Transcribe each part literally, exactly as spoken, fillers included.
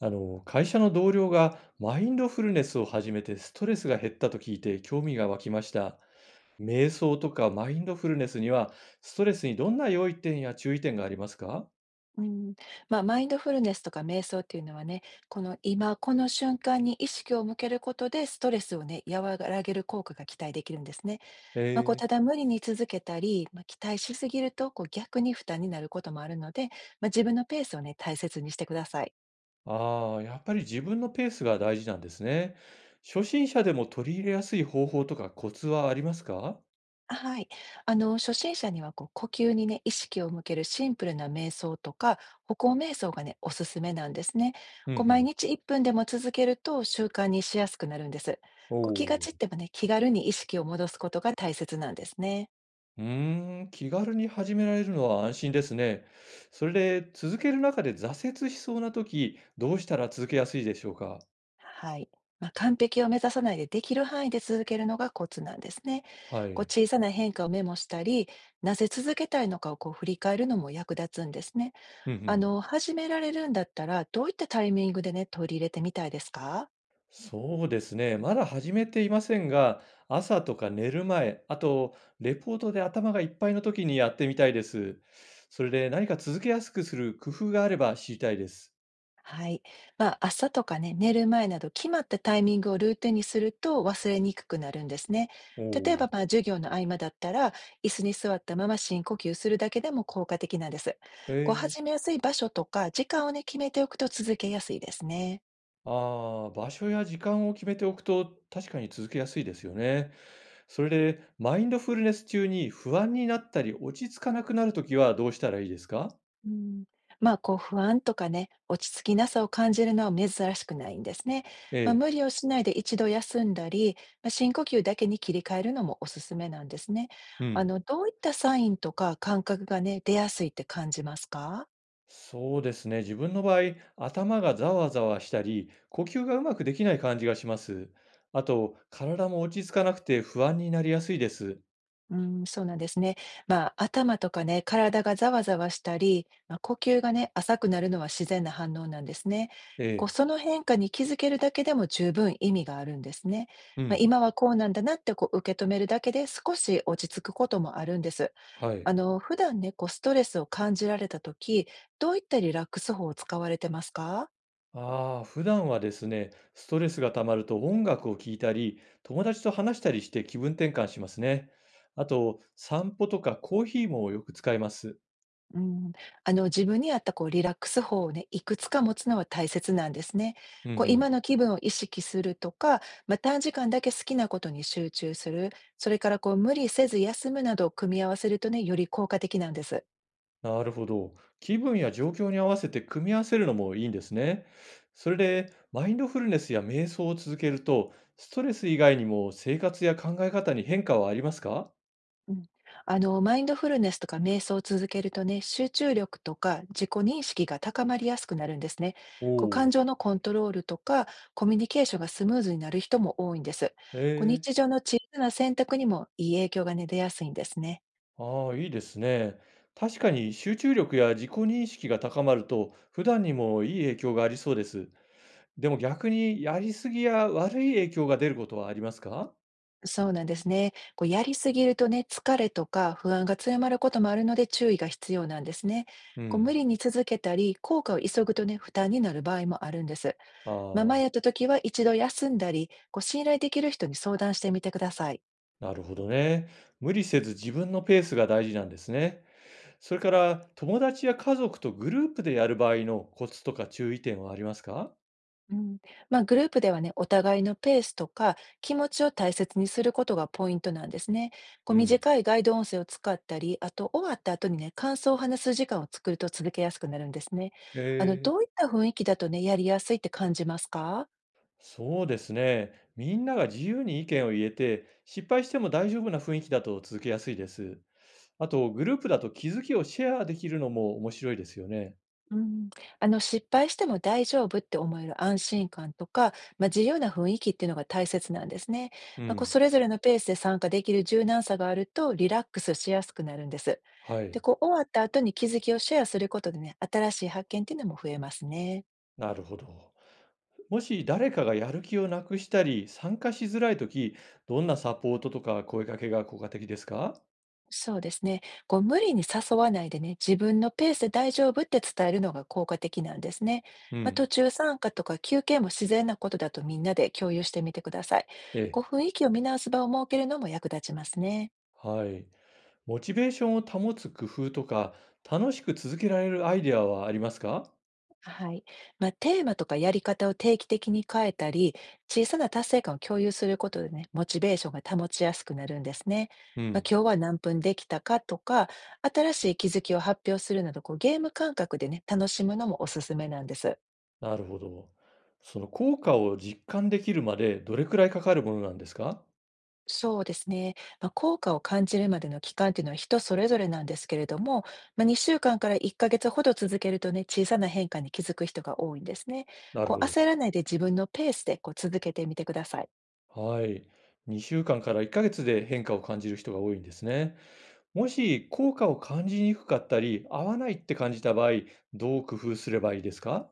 あの、会社の同僚がマインドフルネスを始めてストレスが減ったと聞いて興味が湧きました。瞑想とかマインドフルネスにはストレスにどんな良い点や注意点がありますか？うん、まあ、マインドフルネスとか瞑想っていうのはね、この今この瞬間に意識を向けることでストレスをね、和らげる効果が期待できるんですね。えまあ、こうー、ただ無理に続けたり、まあ、期待しすぎるとこう逆に負担になることもあるので、まあ、自分のペースをね、大切にしてください。ああ、やっぱり自分のペースが大事なんですね。初心者でも取り入れやすい方法とかコツはありますか？はい。あの、初心者にはこう呼吸にね、意識を向けるシンプルな瞑想とか、歩行瞑想がね、おすすめなんですね。うんうこう毎ん。日いっぷんでも続けると習慣にしやすくなるんです。おこう気が散お。ってもね、気軽に意識を戻すことが大切なんですね。うーん、気軽に始められるのは安心ですね。それで続ける中で挫折しそうな時、どうしたら続けやすいでしょうか？はい。まあ、完璧を目指さないでできる範囲で続けるのがコツなんですね。はこうい。小さな変化をメモしたり、なぜ続けたいのかをこう振り返るのも役立つんですね。うんうあん。の、始められるんだったら、どういったタイミングでね、取り入れてみたいですか？そうですね。まだ始めていませんが、朝とか寝る前、あとレポートで頭がいっぱいの時にやってみたいです。それで何か続けやすくする工夫があれば知りたいです。はい。まあ、朝とかね、寝る前など決まったタイミングをルーティンにすると忘れにくくなるんですね。お例えお、ば、まあ、授業の合間だったら、椅子に座ったまま深呼吸するだけでも効果的なんです。こう、ええ、始めやすい場所とか時間をね、決めておくと続けやすいですね。ああー、場所や時間を決めておくと確かに続けやすいですよね。それで、マインドフルネス中に不安になったり落ち着かなくなるときはどうしたらいいですか？うん、まあ、こう不安とかね、落ち着きなさを感じるのは珍しくないんですね。えまあ、え。無理をしないで一度休んだり、まあ、深呼吸だけに切り替えるのもおすすめなんですね。うあん。の、どういったサインとか感覚がね、出やすいって感じますか？そうですね。自分の場合、頭がざわざわしたり、呼吸がうまくできない感じがします。あと、体も落ち着かなくて不安になりやすいです。うん、そうなんですね。まあ、頭とかね、体がざわざわしたり、まあ、呼吸がね、浅くなるのは自然な反応なんですね。えこう、え。その変化に気づけるだけでも十分意味があるんですね。うまあ、ん。今はこうなんだなってこう受け止めるだけで少し落ち着くこともあるんです。はあい。の、普段ね、こうストレスを感じられたとき、どういったリラックス法を使われてますか。ああ、普段はですね、ストレスが溜まると音楽を聴いたり、友達と話したりして気分転換しますね。あと、散歩とかコーヒーもよく使います。うん、あの自分に合ったこうリラックス法をね、いくつか持つのは大切なんですね。うんうこうん。今の気分を意識するとか、まあ、短時間だけ好きなことに集中する、それからこう無理せず休むなどを組み合わせるとね、より効果的なんです。なるほど。気分や状況に合わせて組み合わせるのもいいんですね。それで、マインドフルネスや瞑想を続けると、ストレス以外にも生活や考え方に変化はありますか？うん、あの、マインドフルネスとか瞑想を続けるとね、集中力とか自己認識が高まりやすくなるんですね。おこう、お、感情のコントロールとか、コミュニケーションがスムーズになる人も多いんです。こう、ええ、日常の小さな選択にもいい影響がね、出やすいんですね。ああ、いいですね。確かに集中力や自己認識が高まると、普段にもいい影響がありそうです。でも逆に、やりすぎや悪い影響が出ることはありますか？そうなんですね。こう、やりすぎるとね、疲れとか不安が強まることもあるので注意が必要なんですね。うこう、無ん。理に続けたり、効果を急ぐとね、負担になる場合もあるんです。ママあやったあ、時は一度休んだり、こう信頼できる人に相談してみてください。なるほどね。無理せず自分のペースが大事なんですね。それから、友達や家族とグループでやる場合のコツとか注意点はありますか？うん、まあ、グループではね、お互いのペースとか気持ちを大切にすることがポイントなんですね。こううん。短いガイド音声を使ったり、あと終わった後にね、感想を話す時間を作ると続けやすくなるんですね。えあの、ー、どういった雰囲気だとね、やりやすいって感じますか。そうですね。みんなが自由に意見を言えて、失敗しても大丈夫な雰囲気だと続けやすいです。あと、グループだと気づきをシェアできるのも面白いですよね。うん、あの失敗しても大丈夫って思える安心感とか、まあ、自由な雰囲気っていうのが大切なんですね。うまあ、こうん。それぞれのペースで参加できる柔軟さがあるとリラックスしやすくなるんです。はで、い、こう終わった後に気づきをシェアすることでね、新しい発見っていうのも増えますね。なるほど。もし誰かがやる気をなくしたり、参加しづらいとき、どんなサポートとか声かけが効果的ですか？そうですね。こう無理に誘わないでね、自分のペースで大丈夫って伝えるのが効果的なんですね。うまあ、ん。途中参加とか休憩も自然なことだとみんなで共有してみてください。えこうえ、雰囲気を見直す場を設けるのも役立ちますね。はい。モチベーションを保つ工夫とか、楽しく続けられるアイデアはありますか？はい。まあ、テーマとかやり方を定期的に変えたり、小さな達成感を共有することでね、モチベーションが保ちやすくなるんですね。うまあ、ん。今日は何分できたかとか、新しい気づきを発表するなど、こうゲーム感覚でね、楽しむのもおすすめなんです。なるほど。その効果を実感できるまでどれくらいかかるものなんですか？そうですね。まあ、効果を感じるまでの期間っていうのは人それぞれなんですけれども、まあ、にしゅうかんかんからいっかげつほど続けるとね、小さな変化に気づく人が多いんですね。なるこほうど。焦らないで自分のペースでこう続けてみてください。はい。にしゅうかんかんからいっかげつで変化を感じる人が多いんですね。もし効果を感じにくかったり、合わないって感じた場合、どう工夫すればいいですか？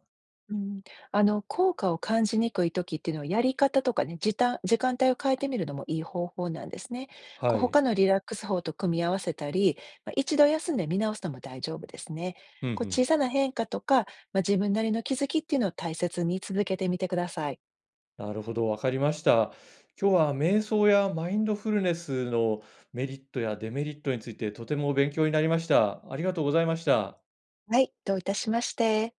うん、あの、効果を感じにくい時っていうのは、やり方とかね、時短時間帯を変えてみるのもいい方法なんですね。こはう、い。他のリラックス法と組み合わせたり、まあ、一度休んで見直すのも大丈夫ですね。うんうこう、小ん、さな変化とか、まあ、自分なりの気づきっていうのを大切に続けてみてください。なるほど、わかりました。今日は瞑想やマインドフルネスのメリットやデメリットについてとても勉強になりました。ありがとうございました。はい、どういたしまして。